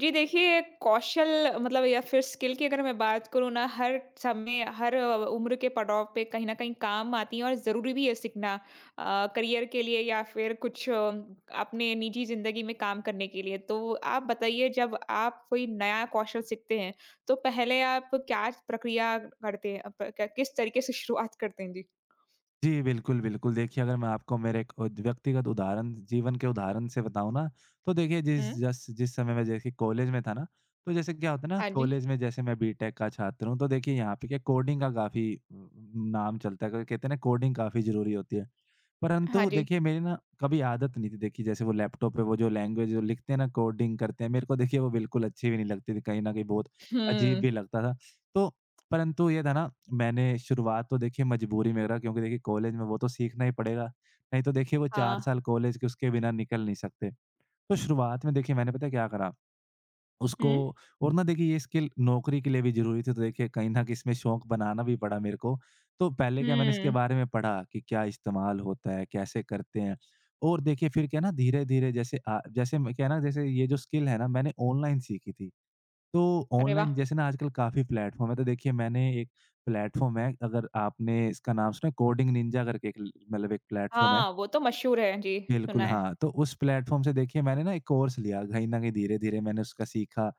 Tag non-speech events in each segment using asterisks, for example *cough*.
जी देखिए, कौशल मतलब या फिर स्किल की अगर मैं बात करूँ ना, हर समय, हर उम्र के पड़ाव पे कहीं न कहीं काम आती हैं और ज़रूरी भी है सीखना। करियर के लिए या फिर कुछ अपने निजी ज़िंदगी में काम करने के लिए। तो आप बताइए जब आप कोई नया कौशल सीखते हैं, तो पहले आप क्या प्रक्रिया करते हैं? प क किस तरीके से शुरुआत करते हैं? जी। जी, बिल्कुल, बिल्कुल। देखिए, अगर मैं आपको मेरे एक उद व्यक्तिगत उदाहरण जीवन के उदाहरण से बताऊँ ना, तो देखिए हुँ, जिस समय मैं जैसे कॉलेज में था ना, तो जैसे क्या होता है ना हाँ जी। कॉलेज में जैसे मैं बीटेक का छात्र हूँ, तो देखिए यहाँ पे क्या कोडिंग का काफ़ी नाम चलता है, क्योंकि कहते हैं ना कोडिंग काफ़ी ज़रूरी होती है। परंतु हाँ जी। देखिए मेरी ना कभी आदत नहीं थी, देखिए जैसे वो लैपटॉप पे वो जो लैंग्वेज जो लिखते हैं ना कोडिंग करते हैं, मेरे को देखिए वो बिल्कुल अच्छी भी नहीं लगती थी, कहीं न कहीं बहुत अजीब हुँ। भी लगता था। तो परंतु ये था ना, मैंने शुरुआत तो देखिए मजबूरी में करा, क्योंकि देखिए कॉलेज में वो तो सीखना ही पड़ेगा, नहीं तो देखिए वो 4 हाँ। साल कॉलेज के उसके बिना निकल नहीं सकते। तो शुरुआत में देखिए मैंने पता है क्या करा, उसको, हुँ। और ना देखिए ये स्किल नौकरी के लिए भी ज़रूरी थी, तो देखिए कहीं न कहीं इसमें शौक बनाना भी पड़ा मेरे को। तो पहले क्या मैंने इसके हुँ। बारे में पढ़ा कि क्या इस्तेमाल होता है, कैसे करते हैं, और देखिए फिर क्या है ना धीरे-धीरे जैसे जैसे मैं क्या है ना जैसे ये जो स्किल है ना मैंने ऑनलाइन सीखी थी। तो अरे ऑनलाइन वाह! जैसे ना आजकल काफ़ी प्लेटफ़ॉर्म है, तो देखिए मैंने एक प्लेटफ़ॉर्म है, अगर आपने इसका नाम सुना है कोडिंग निंजा करके एक ल मतलब एक प्लेटफ़ॉर्म है। हाँ, वो तो मशहूर है। जी, सुना बिल्कुल, है। हाँ। तो उस प्लेटफ़ॉर्म से देखिए मैंने ना एक कोर्स लिया, कहीं न कहीं धीरे-धीरे मैंने उसका सीखा।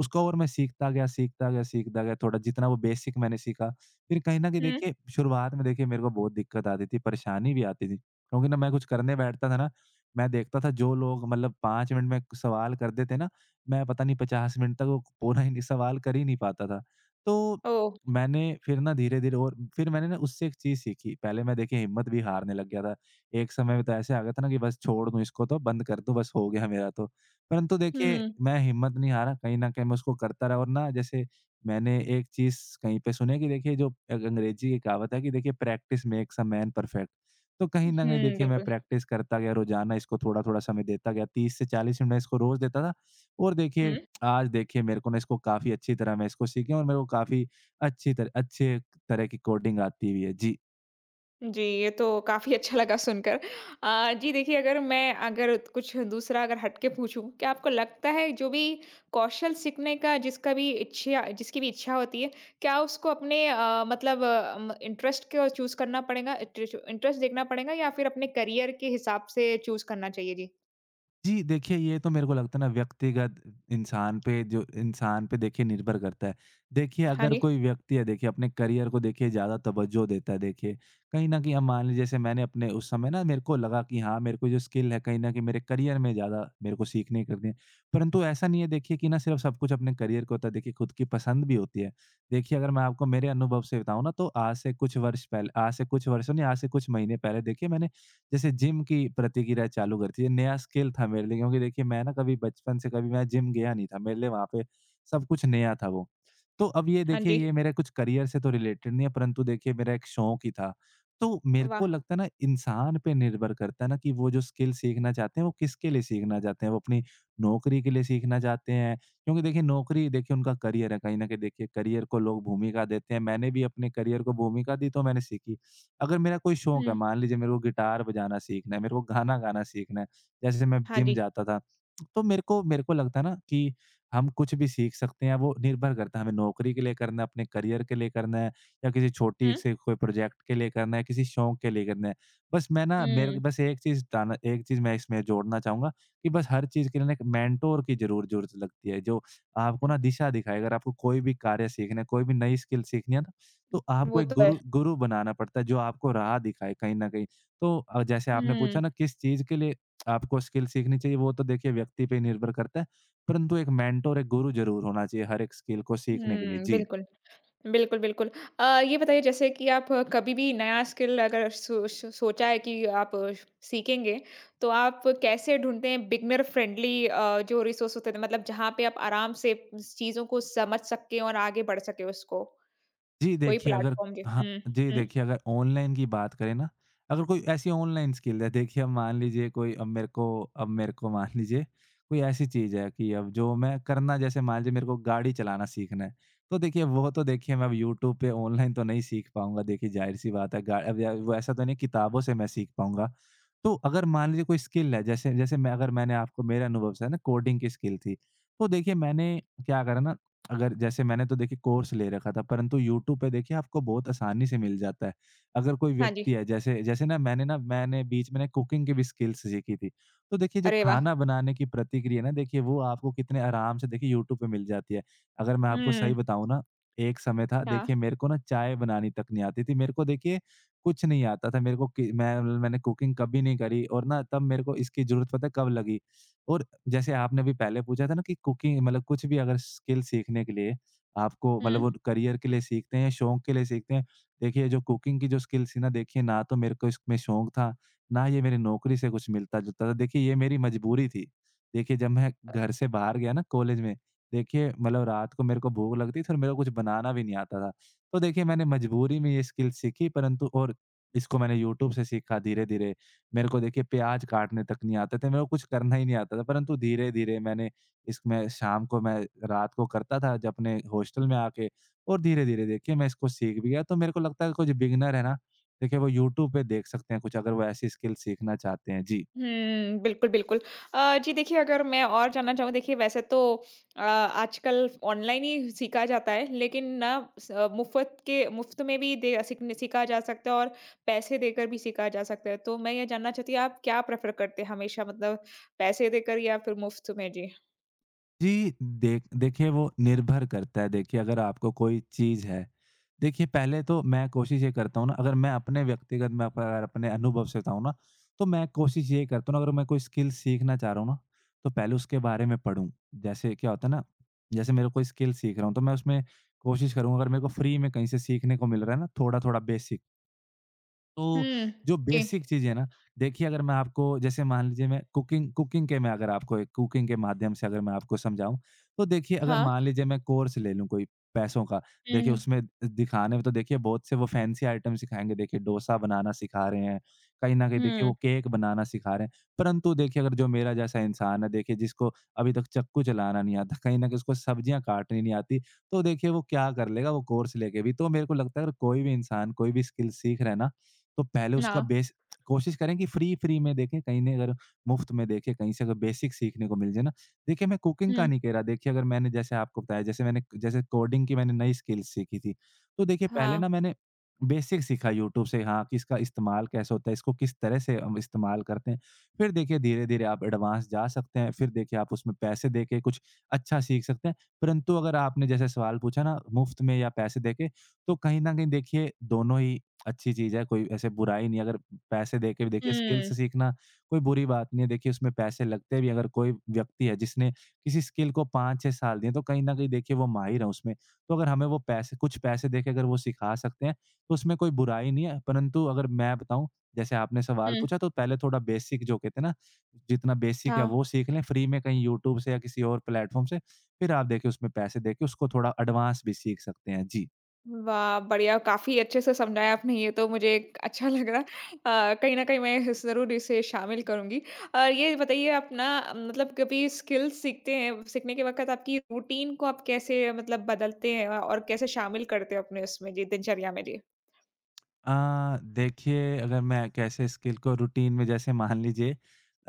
उसको, और मैं सीखता गया, सीखता गया, सीखता गया, थोड़ा जितना वो बेसिक मैंने सीखा। फिर कहीं न कहीं हुँ। देखिए शुरुआत में देखिए मेरे को बहुत दिक्कत आती थी, परेशानी भी आती थी। क्योंकि ना मैं कुछ करने बैठता था ना, मैं देखता था जो लोग मतलब 5 मिनट में सवाल कर देते ना, मैं पता नहीं 50 मिनट तक वो पूरा ही नहीं सवाल कर ही नहीं पाता था। तो ओह! मैंने फिर ना धीरे-धीरे और फिर मैंने ना उससे एक चीज़ सीखी। पहले मैं देखिए हिम्मत भी हारने लग गया था। एक समय में तो ऐसे आ गया था ना कि बस छोड़ दूँ इसको तो, बंद कर दूँ बस हो गया मेरा तो। परंतु देखिए हुँ। मैं हिम्मत नहीं हारा, कहीं न कहीं मैं उसको करता रहा, और ना जैसे मैंने एक चीज़ कहीं पे सुनी है कि देखिए जो अंग्रेज़ी की कहावत है कि देखिए practice makes a man perfect. तो कहीं न कहीं हुँ, देखिए मैं बिल्कुल। प्रैक्टिस करता गया, रोज़ाना इसको थोड़ा-थोड़ा समय देता गया, 30 से 40 मिनट इसको रोज़ देता था, और देखिए हुँ। आज देखिए मेरे को ना इसको काफ़ी अच्छी तरह मैं इसको सीख गया हूँ, और मेरे को काफ़ी अच्छी तरह अच्छे तरह की कोडिंग आती भी है। जी। जी, ये तो काफ़ी अच्छा लगा सुनकर। जी देखिए अगर कुछ दूसरा अगर हट के पूछूँ, क्या आपको लगता है जो भी कौशल सीखने का जिसका भी इच्छा जिसकी भी इच्छा होती है, क्या उसको अपने इंटरेस्ट को चूज़ करना पड़ेगा इंटरेस्ट इंटरेस्ट देखना पड़ेगा या फिर अपने करियर के हिसाब से चूज़ करना चाहिए? जी। जी, देखिए ये तो मेरे को लगता है ना व्यक्तिगत इंसान पे, जो इंसान पे देखिए निर्भर करता है। देखिए हाँ अगर जी। कोई व्यक्ति है देखिए अपने करियर को देखिए ज़्यादा तवज्जो देता है देखिए, कहीं न कहीं अब मान लीजिए जैसे मैंने अपने उस समय ना मेरे को लगा कि हाँ, मेरे को जो स्किल है कहीं न कहीं मेरे करियर में ज़्यादा मेरे को सीखने करनी है। परंतु ऐसा नहीं है देखिए कि ना सिर्फ़ सब कुछ अपने करियर को होता है, देखिए खुद की पसंद भी होती है। देखिए अगर मैं आपको मेरे अनुभव से बताऊँ ना, तो आज से कुछ वर्ष पहले आज से कुछ वर्षों नहीं आज से कुछ महीने पहले देखिए मैंने जैसे जिम की प्रतिक्रिया चालू करती है, नया स्किल था मेरे लिए, क्योंकि देखिए मैं ना कभी बचपन से कभी मैं जिम गया नहीं था, मेरे लिए वहाँ पे सब कुछ नया था वो। तो अब ये हाँ देखिए जी। ये मेरे कुछ करियर से तो रिलेटेड नहीं है, परंतु देखिए मेरा एक शौक ही था। तो मेरे को वाह! लगता है ना इंसान पे निर्भर करता है ना कि वो जो स्किल सीखना चाहते हैं वो किसके लिए सीखना चाहते हैं, वो अपनी नौकरी के लिए सीखना चाहते हैं, क्योंकि देखिए नौकरी देखिए उनका करियर है, कहीं ना कहीं देखिए करियर को लोग भूमिका देते हैं, मैंने भी अपने करियर को भूमिका दी तो मैंने सीखी। अगर मेरा कोई शौक है, हुँ। मान लीजिए मेरे को गिटार बजाना सीखना है, मेरे को गाना गाना सीखना है, जैसे मैं हाँ जिम जी। जाता था, तो मेरे को लगता है ना कि हम कुछ भी सीख सकते हैं, वो निर्भर करता है हमें नौकरी के लिए करना है, अपने करियर के लिए करना है, या किसी छोटी हुँ। से कोई प्रोजेक्ट के लिए करना है, किसी शौक के लिए करना है। बस मैं ना मेरे हुँ। को बस एक चीज़ बताना, एक चीज़ मैं इसमें जोड़ना चाहूँगा कि बस हर चीज़ के लिए ना एक मेंटर की ज़रूरत लगती है, जो आपको हुँ। ना दिशा दिखाए। अगर आपको कोई भी कार्य सीखना है, कोई भी नई स्किल सीखनी है, तो आपको वो एक तो है। गुरु गुरु बनाना पड़ता है, जो आपको राह दिखाए कहीं न कहीं। तो जैसे आपने पूछा हुँ। ना किस चीज़ के लिए आपको स्किल सीखनी चाहिए, वो तो देखिए व्यक्ति पे ही निर्भर करता है, परंतु एक मेंटर, एक गुरु ज़रूर होना चाहिए हर एक स्किल को सीखने के लिए। हुँ, जी। बिल्कुल। बिल्कुल, बिल्कुल। ये बताइए जैसे कि आप कभी भी नया स्किल अगर सोचा है कि आप सीखेंगे, तो आप कैसे ढूँढते हैं बिगिनर फ्रेंडली जो रिसोर्स होते थे मतलब जहाँ पे आप आराम से चीज़ों को समझ सकें और आगे बढ़ सकें उसको? जी, कोई देखिए अगर प्लेटफ़ॉर्म जी हाँ, हुँ, जी हुँ। देखिए अगर ऑनलाइन की बात करें ना, अगर कोई ऐसी ऑनलाइन स्किल है देखिए अब मान लीजिए कोई अब मेरे को मान लीजिए कोई ऐसी चीज़ है कि अब जो मैं करना, जैसे मान लीजिए मेरे को गाड़ी चलाना सीखना है, तो देखिए वो तो देखिए मैं अब यूट्यूब पे ऑनलाइन तो नहीं सीख पाऊँगा, देखिए ज़ाहिर-सी बात है गा अब, या वो ऐसा तो नहीं किताबों से मैं सीख पाऊँगा। तो अगर मान लीजिए कोई स्किल है जैसे जैसे मैं अगर मैंने आपको मेरे अनुभव से है ना कोडिंग की स्किल थी, तो देखिए मैंने क्या करा ना, अगर जैसे मैंने तो देखिए कोर्स ले रखा था, परंतु यूट्यूब पे देखिए आपको बहुत आसानी से मिल जाता है। अगर कोई हाँ जी। व्यक्ति है जैसे जैसे ना मैंने बीच में ना कुकिंग की भी स्किल्स सीखी थी। तो देखिए जो अरे वाह! खाना बनाने की प्रतिक्रिया है ना देखिए वो आपको कितने आराम से देखिए यूट्यूब पे मिल जाती है। अगर मैं आपको हुँ, सही बताऊँ ना, एक समय था हाँ। देखिए मेरे को ना चाय बनानी तक नहीं आती थी। मेरे को देखिए कुछ नहीं आता था। मेरे को कि मैं मैंने कुकिंग कभी नहीं करी, और ना तब मेरे को इसकी ज़रूरत पता है कब लगी, और जैसे आपने अभी पहले पूछा था ना कि कुकिंग मतलब कुछ भी अगर स्किल सीखने के लिए आपको, हुँ। मतलब वो करियर के लिए सीखते हैं, शौक के लिए सीखते हैं। देखिए जो कुकिंग की जो स्किल थी ना देखिए ना तो मेरे को इसमें शौक था, ना ये मेरी नौकरी से कुछ मिलता-जुलता था। देखिए ये मेरी मजबूरी थी। देखिए जब मैं घर से बाहर गया ना कॉलेज में, देखिए मतलब रात को मेरे को भूख लगती थी और मेरे को कुछ बनाना भी नहीं आता था। तो देखिए मैंने मजबूरी में ये स्किल सीखी, परंतु और इसको मैंने यूट्यूब से सीखा धीरे-धीरे। मेरे को देखिए प्याज काटने तक नहीं आते थे, मेरे को कुछ करना ही नहीं आता था, परंतु धीरे-धीरे मैंने इसमें शाम को मैं रात को करता था जब अपने हॉस्टल में आके, और धीरे-धीरे देखिए मैं इसको सीख भी गया। तो मेरे को लगता है कुछ बिगिनर है ना, देखिए वो यूट्यूब पे देख सकते हैं कुछ अगर वो ऐसी स्किल सीखना चाहते हैं। जी। हुँ, बिल्कुल, बिल्कुल। जी देखिए अगर मैं और जानना चाहूँ देखिए वैसे तो आजकल ऑनलाइन ही सीखा जाता है लेकिन ना स मुफ़्त के मुफ़्त में भी दे सीखने सीखा जा सकता है और पैसे देकर भी सीखा जा सकता है। तो मैं ये जानना चाहती हूँ आप क्या प्रेफ़र करते हैं हमेशा मतलब पैसे देकर या फिर मुफ़्त में? जी। जी, देखिए वो निर्भर करता है, देखिए अगर आपको कोई चीज़ है, देखिए पहले तो मैं कोशिश ये करता हूँ ना, अगर मैं अपने व्यक्तिगत मैं अप अगर अपने अनुभव से बताऊँ ना, तो मैं कोशिश ये करता हूँ ना अगर मैं कोई स्किल सीखना चाह रहा हूँ ना, तो पहले उसके बारे में पढूँ। जैसे क्या होता है ना, जैसे मेरा कोई स्किल सीख रहा हूँ तो मैं उसमें कोशिश करूँगा अगर मेरे को फ्री में कहीं से सीखने को मिल रहा है ना थोड़ा-थोड़ा बेसिक, तो हुँ, जो जी। बेसिक चीज़ है ना, देखिए अगर मैं आपको, जैसे मान लीजिए मैं कुकिंग कुकिंग के मैं अगर आपको एक कुकिंग के माध्यम से अगर मैं आपको समझाऊँ, तो देखिए अगर हाँ। मान लीजिए मैं कोर्स ले लूँ कोई पैसों का, हुँ, देखिए हुँ। उसमें दिखाने में तो देखिए बहुत से वो फैंसी आइटम सिखाएँगे, देखिए डोसा बनाना सिखा रहे हैं, कहीं न कहीं देखिए हुँ, वो केक बनाना सिखा रहे हैं। परंतु देखिए अगर जो मेरा जैसा इंसान है, देखिए जिसको अभी तक चाकू चलाना नहीं आता, कहीं न कहीं उसको सब्जियाँ काटनी नहीं आती, तो देखिए वो क्या कर लेगा वो कोर्स लेके भी। तो मेरे को लगता है अगर कोई भी इंसान कोई भी स्किल सीख रहा है ना, तो पहले ना। उसका बेस कोशिश करें कि फ्री-फ्री में देखें, कहीं नहीं अगर मुफ्त में देखें, कहीं से अगर बेसिक सीखने को मिल जाए ना, देखिए, मैं कुकिंग का हुँ, नहीं कह रहा, देखिए अगर मैंने जैसे आपको बताया, जैसे मैंने जैसे कोडिंग की मैंने नई स्किल्स सीखी थी, तो देखिए पहले हाँ। ना मैंने बेसिक सीखा यूट्यूब से, हाँ, कि इसका इस्तेमाल कैसे होता है, इसको किस तरह से हम इस्तेमाल करते हैं। फिर देखिए धीरे-धीरे आप एडवांस जा सकते हैं, फिर देखिए आप उसमें पैसे देके कुछ अच्छा सीख सकते हैं। परंतु अगर आपने जैसे सवाल पूछा ना, मुफ्त में या पैसे देके, तो कहीं न कहीं देखिए दोनों ही अच्छी चीज़ है, कोई ऐसे बुराई नहीं है। अगर पैसे देके भी देखिए हुँ, स्किल्स सीखना कोई बुरी बात नहीं है। देखिए उसमें पैसे लगते भी हैं, अगर कोई व्यक्ति है जिसने किसी स्किल को 5-6 साल दिए, तो कहीं न कहीं देखिए वो माहिर है उसमें। तो अगर हमें वो पैसे, कुछ पैसे देके अगर वो सिखा सकते हैं, तो उसमें कोई बुराई नहीं है। परंतु अगर मैं बताऊँ, जैसे आपने सवाल हुँ, पूछा, तो पहले थोड़ा बेसिक जो कहते हैं ना, जितना बेसिक है हाँ। वो सीख लें फ्री में, कहीं यूट्यूब से या किसी और प्लेटफ़ॉर्म से। फिर आप देखिए उसमें पैसे देके उसको थोड़ा एडवांस भी सीख सकते हैं। जी। वाह! बढ़िया, काफ़ी अच्छे से समझाया आपने, ये तो मुझे अच्छा *laughs* लग रहा। कहीं न कहीं मैं इस ज़रूर इसे शामिल करूँगी। ये बताइए आप ना मतलब कभी स्किल सीखते हैं, सीखने के वक़्त आपकी रूटीन को आप कैसे मतलब बदलते हैं और कैसे शामिल करते हो अपने उसमें जी, दिनचर्या में? जी। देखिए अगर मैं कैसे स्किल को रूटीन में, जैसे मान लीजिए,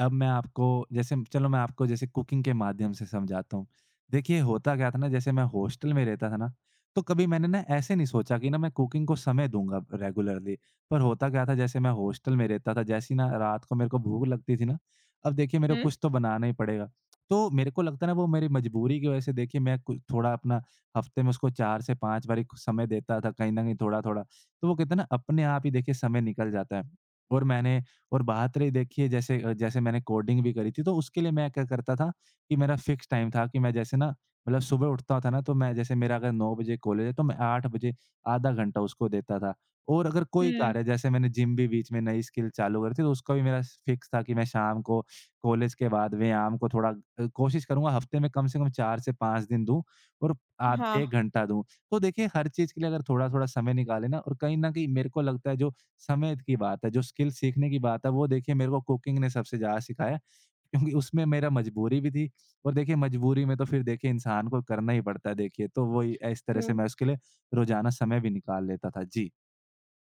अब मैं आपको जैसे चलो मैं आपको जैसे कुकिंग के माध्यम से समझाता हूँ। देखिए होता क्या था ना, जैसे मैं हॉस्टल में रहता था ना, तो कभी मैंने ना ऐसे नहीं सोचा कि ना मैं कुकिंग को समय दूँगा रेगुलरली। पर होता क्या था, जैसे मैं हॉस्टल में रहता था, जैसे ही ना रात को मेरे को भूख लगती थी ना, अब देखिए मेरे को हुँ। कुछ तो बनाना ही पड़ेगा। तो मेरे को लगता है ना, वो मेरी मजबूरी की वजह से देखिए मैं कुछ थोड़ा अपना हफ्ते में उसको 4 से 5 बारी समय देता था, कहीं न कहीं थोड़ा-थोड़ा। तो वो कहते हैं ना, अपने आप ही देखिए समय निकल जाता है। और मैंने और बात रही देखिए, जैसे जैसे मैंने कोडिंग भी करी थी, तो उसके लिए मैं क्या करता था कि मेरा फ़िक्स टाइम था कि मैं जैसे ना, मतलब सुबह उठता था ना, तो मैं जैसे मेरा अगर 9 बजे कॉलेज है तो मैं 8 बजे आधा घंटा उसको देता था। और अगर कोई हुँ। कार्य, जैसे मैंने जिम भी बीच में नई स्किल चालू करी थी, तो उसका भी मेरा फ़िक्स था कि मैं शाम को कॉलेज के बाद व्यायाम को थोड़ा, कोशिश करूँगा हफ़्ते में कम से कम 4 से 5 दिन दूँ और आध हाँ। 1 घंटा दूँ। तो देखिए हर चीज़ के लिए अगर थोड़ा-थोड़ा समय निकालें ना, और कहीं न कहीं मेरे को लगता है जो समय की बात है, जो स्किल सीखने की बात है, वो देखिए मेरे को कुकिंग ने सबसे ज़्यादा सिखाया, क्योंकि उसमें मेरा मजबूरी भी थी, और देखिए मजबूरी में तो फिर देखिए इंसान को करना ही पड़ता है देखिए, तो वही इस तरह हुँ। से मैं उसके लिए रोज़ाना समय भी निकाल लेता था। जी।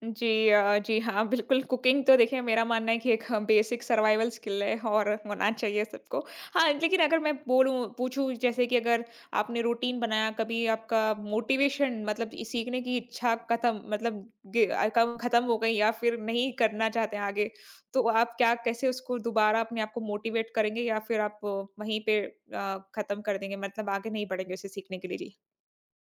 जी जी हाँ, बिल्कुल कुकिंग तो देखिए मेरा मानना है कि एक हाँ, बेसिक सर्वाइवल स्किल है और होना चाहिए सबको। हाँ, लेकिन अगर मैं बोलूँ पूछूँ जैसे कि अगर आपने रूटीन बनाया कभी आपका मोटिवेशन मतलब इ सीखने की इच्छा खत्म मतलब गे अ, कम खत्म हो गई या फिर नहीं करना चाहते हैं आगे, तो आप क्या कैसे उसको दोबारा अपने आप को मोटिवेट करेंगे या फिर आप वहीं पे खत्म कर देंगे मतलब आगे नहीं बढ़ेंगे उसे सीखने के लिए? जी।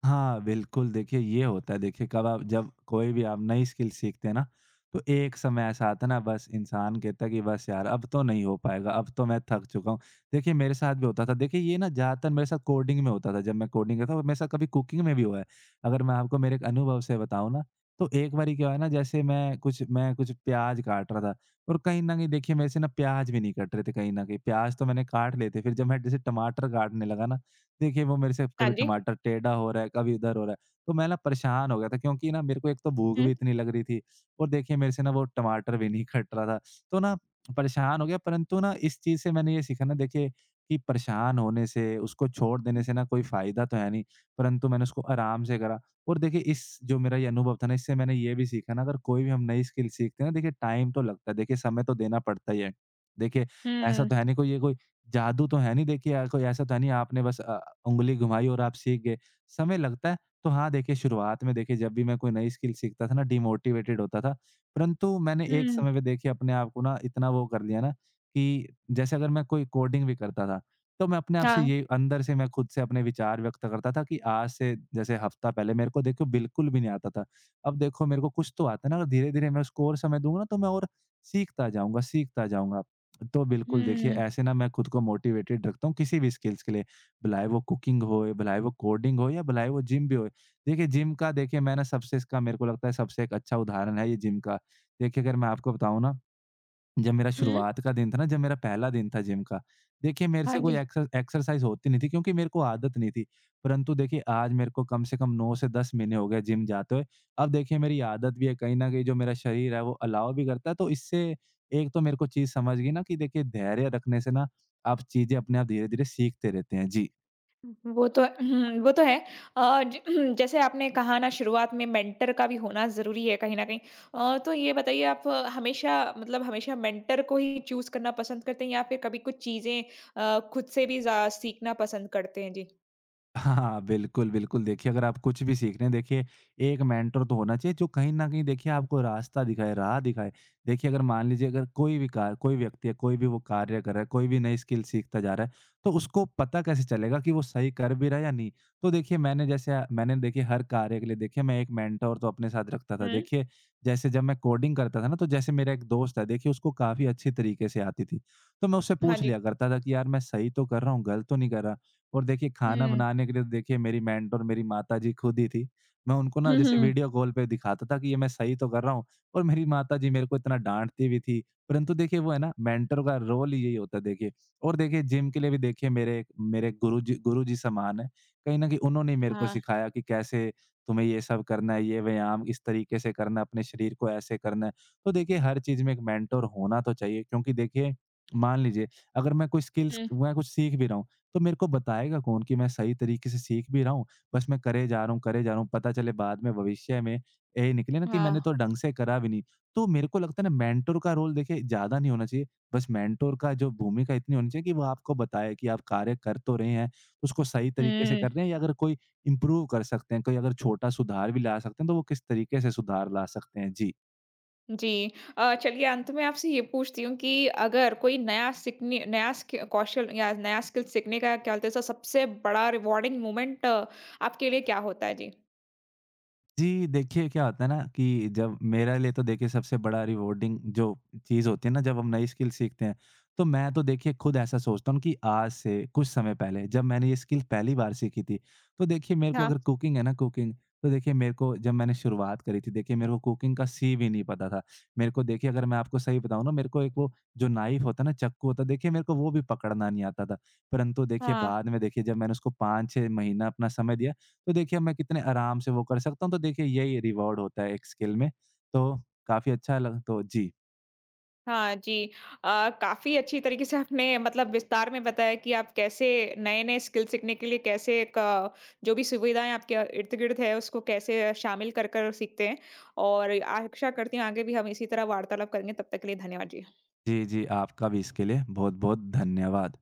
हाँ, बिल्कुल, देखिए ये होता है, देखिए कब आप जब कोई भी आप नई स्किल सीखते हैं ना, तो एक समय ऐसा आता है ना, बस इंसान कहता है कि बस यार अब तो नहीं हो पाएगा, अब तो मैं थक चुका हूँ। देखिए मेरे साथ भी होता था, देखिए ये ना ज़्यादातर मेरे साथ कोडिंग में होता था, जब मैं कोडिंग करता था, और मेरे साथ कभी कुकिंग में भी हुआ है। अगर मैं आपको मेरे एक अनुभव से बताऊँ ना, तो एक बारी क्या हुआ ना, जैसे मैं कुछ प्याज़ काट रहा था, और कहीं न कहीं देखिए मेरे से ना प्याज़ भी नहीं कट रहे थे कहीं न कहीं, प्याज़ तो मैंने काट लिए थे, फिर जब मैं जैसे टमाटर काटने लगा ना, देखिए, वो मेरे से हाँ कभी जी। टमाटर टेढ़ा हो रहा है, कभी इधर हो रहा है। तो मैं ना परेशान हो गया था, क्योंकि ना मेरे को एक तो भूख हुँ। भी इतनी लग रही थी, और देखिए मेरे से ना वो टमाटर भी नहीं कट रहा था। तो ना परेशान हो गया, परंतु ना इस चीज़ से मैंने ये सीखा ना, देखिए कि परेशान होने से, उसको छोड़ देने से ना, कोई फ़ायदा तो है नहीं, परंतु मैंने उसको आराम से करा। और देखिए इस जो मेरा ये अनुभव था ना, इससे मैंने ये भी सीखा ना, अगर कोई भी हम नई स्किल सीखते हैं ना, देखिए टाइम तो लगता है, देखिए समय तो देना पड़ता ही है। देखिए ऐसा हुँ, तो है नहीं कोई, ये कोई जादू तो है नहीं देखिए, कोई ऐसा तो है नहीं, आपने बस उंगली घुमाई और आप सीख गए। समय लगता है, तो हाँ, देखिए शुरुआत में देखिए जब भी मैं कोई नई स्किल सीखता था ना, डिमोटिवेटेड होता था। परंतु मैंने एक हुँ, समय पे देखिए अपने आप को ना इतना वो कर लिया ना कि जैसे अगर मैं कोई कोडिंग भी करता था, तो मैं अपने आप से हाँ, ये अंदर से, मैं खुद से अपने विचार व्यक्त करता था कि आज से जैसे हफ्ता पहले मेरे को देखो बिल्कुल भी नहीं आता था। अब देखो मेरे को कुछ तो आता है ना, धीरे-धीरे मैं उसको और समय दूँगा ना, तो मैं और सीखता जाऊँगा, सीखता जाऊँगा। तो बिल्कुल देखिए हुँ। ऐसे ना मैं खुद को मोटिवेटेड रखता हूँ किसी भी स्किल्स के लिए, भलाए वो कुकिंग होए, भलाए वो कोडिंग हो, या भलाए वो जिम भी होए। देखिए जिम का, देखिए मैं ना सबसे इसका मेरे को लगता है सबसे एक अच्छा उदाहरण है ये जिम का। देखिए अगर मैं आपको बताऊँ ना, जब मेरा हुँ। शुरुआत का दिन था ना, जब मेरा पहला दिन था जिम का, देखिए मेरे हाँ से कोई जी। एक्सरसाइज़ होती नहीं थी, क्योंकि मेरे को आदत नहीं थी। परंतु देखिए आज मेरे को कम से कम 9 से 10 महीने हो गए जिम जाते हुए। अब देखिए मेरी आदत भी है कहीं न कहीं, जो मेरा शरीर है वो अलाउ भी करता है। तो इससे एक तो मेरे को चीज़ समझ गई ना कि देखिए धैर्य रखने से ना आप चीज़ें अपने आप धीरे-धीरे सीखते रहते हैं। जी। वो तो हुँ, वो तो है। अ, ज जैसे आपने कहा ना शुरुआत में मेंटर का भी होना ज़रूरी है कहीं न कहीं। तो ये बताइए आप हमेशा मेंटर को ही चूज़ करना पसंद करते हैं या फिर कभी कुछ चीज़ें खुद से भी ज़ा सीखना पसंद करते हैं? जी। हाँ, बिल्कुल, बिल्कुल। देखिए, अगर आप कुछ भी सीख रहे हैं, देखिए, एक मेंटर तो होना चाहिए, जो कहीं न कहीं, देखिए, आपको रास्ता दिखाए, राह दिखाए। देखिए, अगर मान लीजिए, अगर कोई भी कार कोई व्यक्ति है, कोई भी वो कार्य कर रहा है, कोई भी नई स्किल सीखता जा रहा है, तो उसको पता कैसे चलेगा कि वो सही कर भी रहा है या नहीं? तो देखिए, मैंने जैसे मैंने देखिए, हर कार्य के लिए, देखिए, मैं एक मेंटर तो अपने साथ रखता था। हुँ। देखिए, जैसे जब मैं कोडिंग करता था ना, तो जैसे मेरा एक दोस्त है, देखिए, उसको काफ़ी अच्छी तरीके से आती थी। तो मैं उससे हाँ पूछ जी। लिया करता था कि, "यार, मैं सही तो कर रहा हूँ, गलत तो नहीं कर रहा?" और देखिए खाना हुँ। बनाने के लिए तो देखिए मेरी मेंटर मेरी माताजी खुद ही थी। मैं उनको ना हुँ, जैसे हुँ। वीडियो कॉल पे दिखाता था कि ये मैं सही तो कर रहा हूँ, और मेरी माताजी मेरे को इतना डाँटती भी थी। परंतु देखिए वो है ना, मेंटर का रोल ही यही होता है देखिए। और देखिए जिम के लिए भी देखिए मेरे मेरे गुरुजी गुरुजी समान हैं। कहीं न कहीं उन्होंने ही मेरे को हाँ। सिखाया कि कैसे तुम्हें ये सब करना है, ये व्यायाम इस तरीके से करना है, अपने शरीर को ऐसे करना है। तो देखिए हर चीज़ में एक मेंटर होना तो चाहिए, क्योंकि देखिए मान लीजिए अगर मैं कोई स्किल्स हुँ। मैं कुछ सीख भी रहा हूँ, तो मेरे को बताएगा कौन कि मैं सही तरीके से सीख भी रहा हूँ, बस मैं करे जा रहा हूँ, करे जा रहा हूँ, पता चले बाद में भविष्य में यही निकले ना कि मैंने हाँ। तो ढंग से करा भी नहीं। तो मेरे को लगता है ना, मेंटर का रोल देखिए ज़्यादा नहीं होना चाहिए, बस मेंटर का जो भूमिका इतनी होनी चाहिए कि वो आपको बताए कि आप कार्य कर तो रहे हैं, उसको सही तरीके से हुँ। कर रहे हैं, या अगर कोई इम्प्रूव कर सकते हैं, कोई अगर छोटा सुधार भी ला सकते हैं, तो वो किस तरीके से सुधार ला सकते हैं? जी। जी। चलिए अंत में आपसे ये पूछती हूँ कि अगर कोई नया सीखने नया स्कि कौशल या नया स्किल सीखने का क्या बोलते हैं, सबसे बड़ा रिवॉर्डिंग मोमेंट आपके लिए क्या होता है? जी। जी, देखिए क्या होता है ना कि जब मेरे लिए तो देखिए सबसे बड़ा रिवॉर्डिंग जो चीज़ होती है ना, जब हम नई स्किल सीखते हैं, तो मैं तो देखिए खुद ऐसा सोचता हूँ कि आज से कुछ समय पहले जब मैंने ये स्किल पहली बार सीखी थी, तो देखिए मेरे को हाँ, अगर कुकिंग है ना कुकिंग, तो देखिए मेरे को जब मैंने शुरुआत करी थी, देखिए मेरे को कुकिंग का सी भी नहीं पता था। मेरे को देखिए अगर मैं आपको सही बताऊँ ना, मेरे को एक वो जो नाइफ होता है ना, चाकू होता है, देखिए मेरे को वो भी पकड़ना नहीं आता था। परंतु देखिए हाँ, बाद में देखिए जब मैंने उसको 5-6 महीना अपना समय दिया, तो देखिए मैं कितने आराम से वो कर सकता हूँ, तो देखिए यही रिवॉर्ड होता है एक स्किल में, तो काफ़ी अच्छा लग तो जी। हाँ जी। काफ़ी अच्छी तरीके से आपने मतलब विस्तार में बताया कि आप कैसे नए-नए स्किल सीखने के लिए कैसे क जो भी सुविधाएँ आपके इर्द-गिर्द है उसको कैसे शामिल कर सीखते हैं। और आशा करती हूँ आगे भी हम इसी तरह वार्तालाप करेंगे। तब तक के लिए धन्यवाद जी। जी, जी, आपका भी इसके लिए बहुत-बहुत धन्यवाद।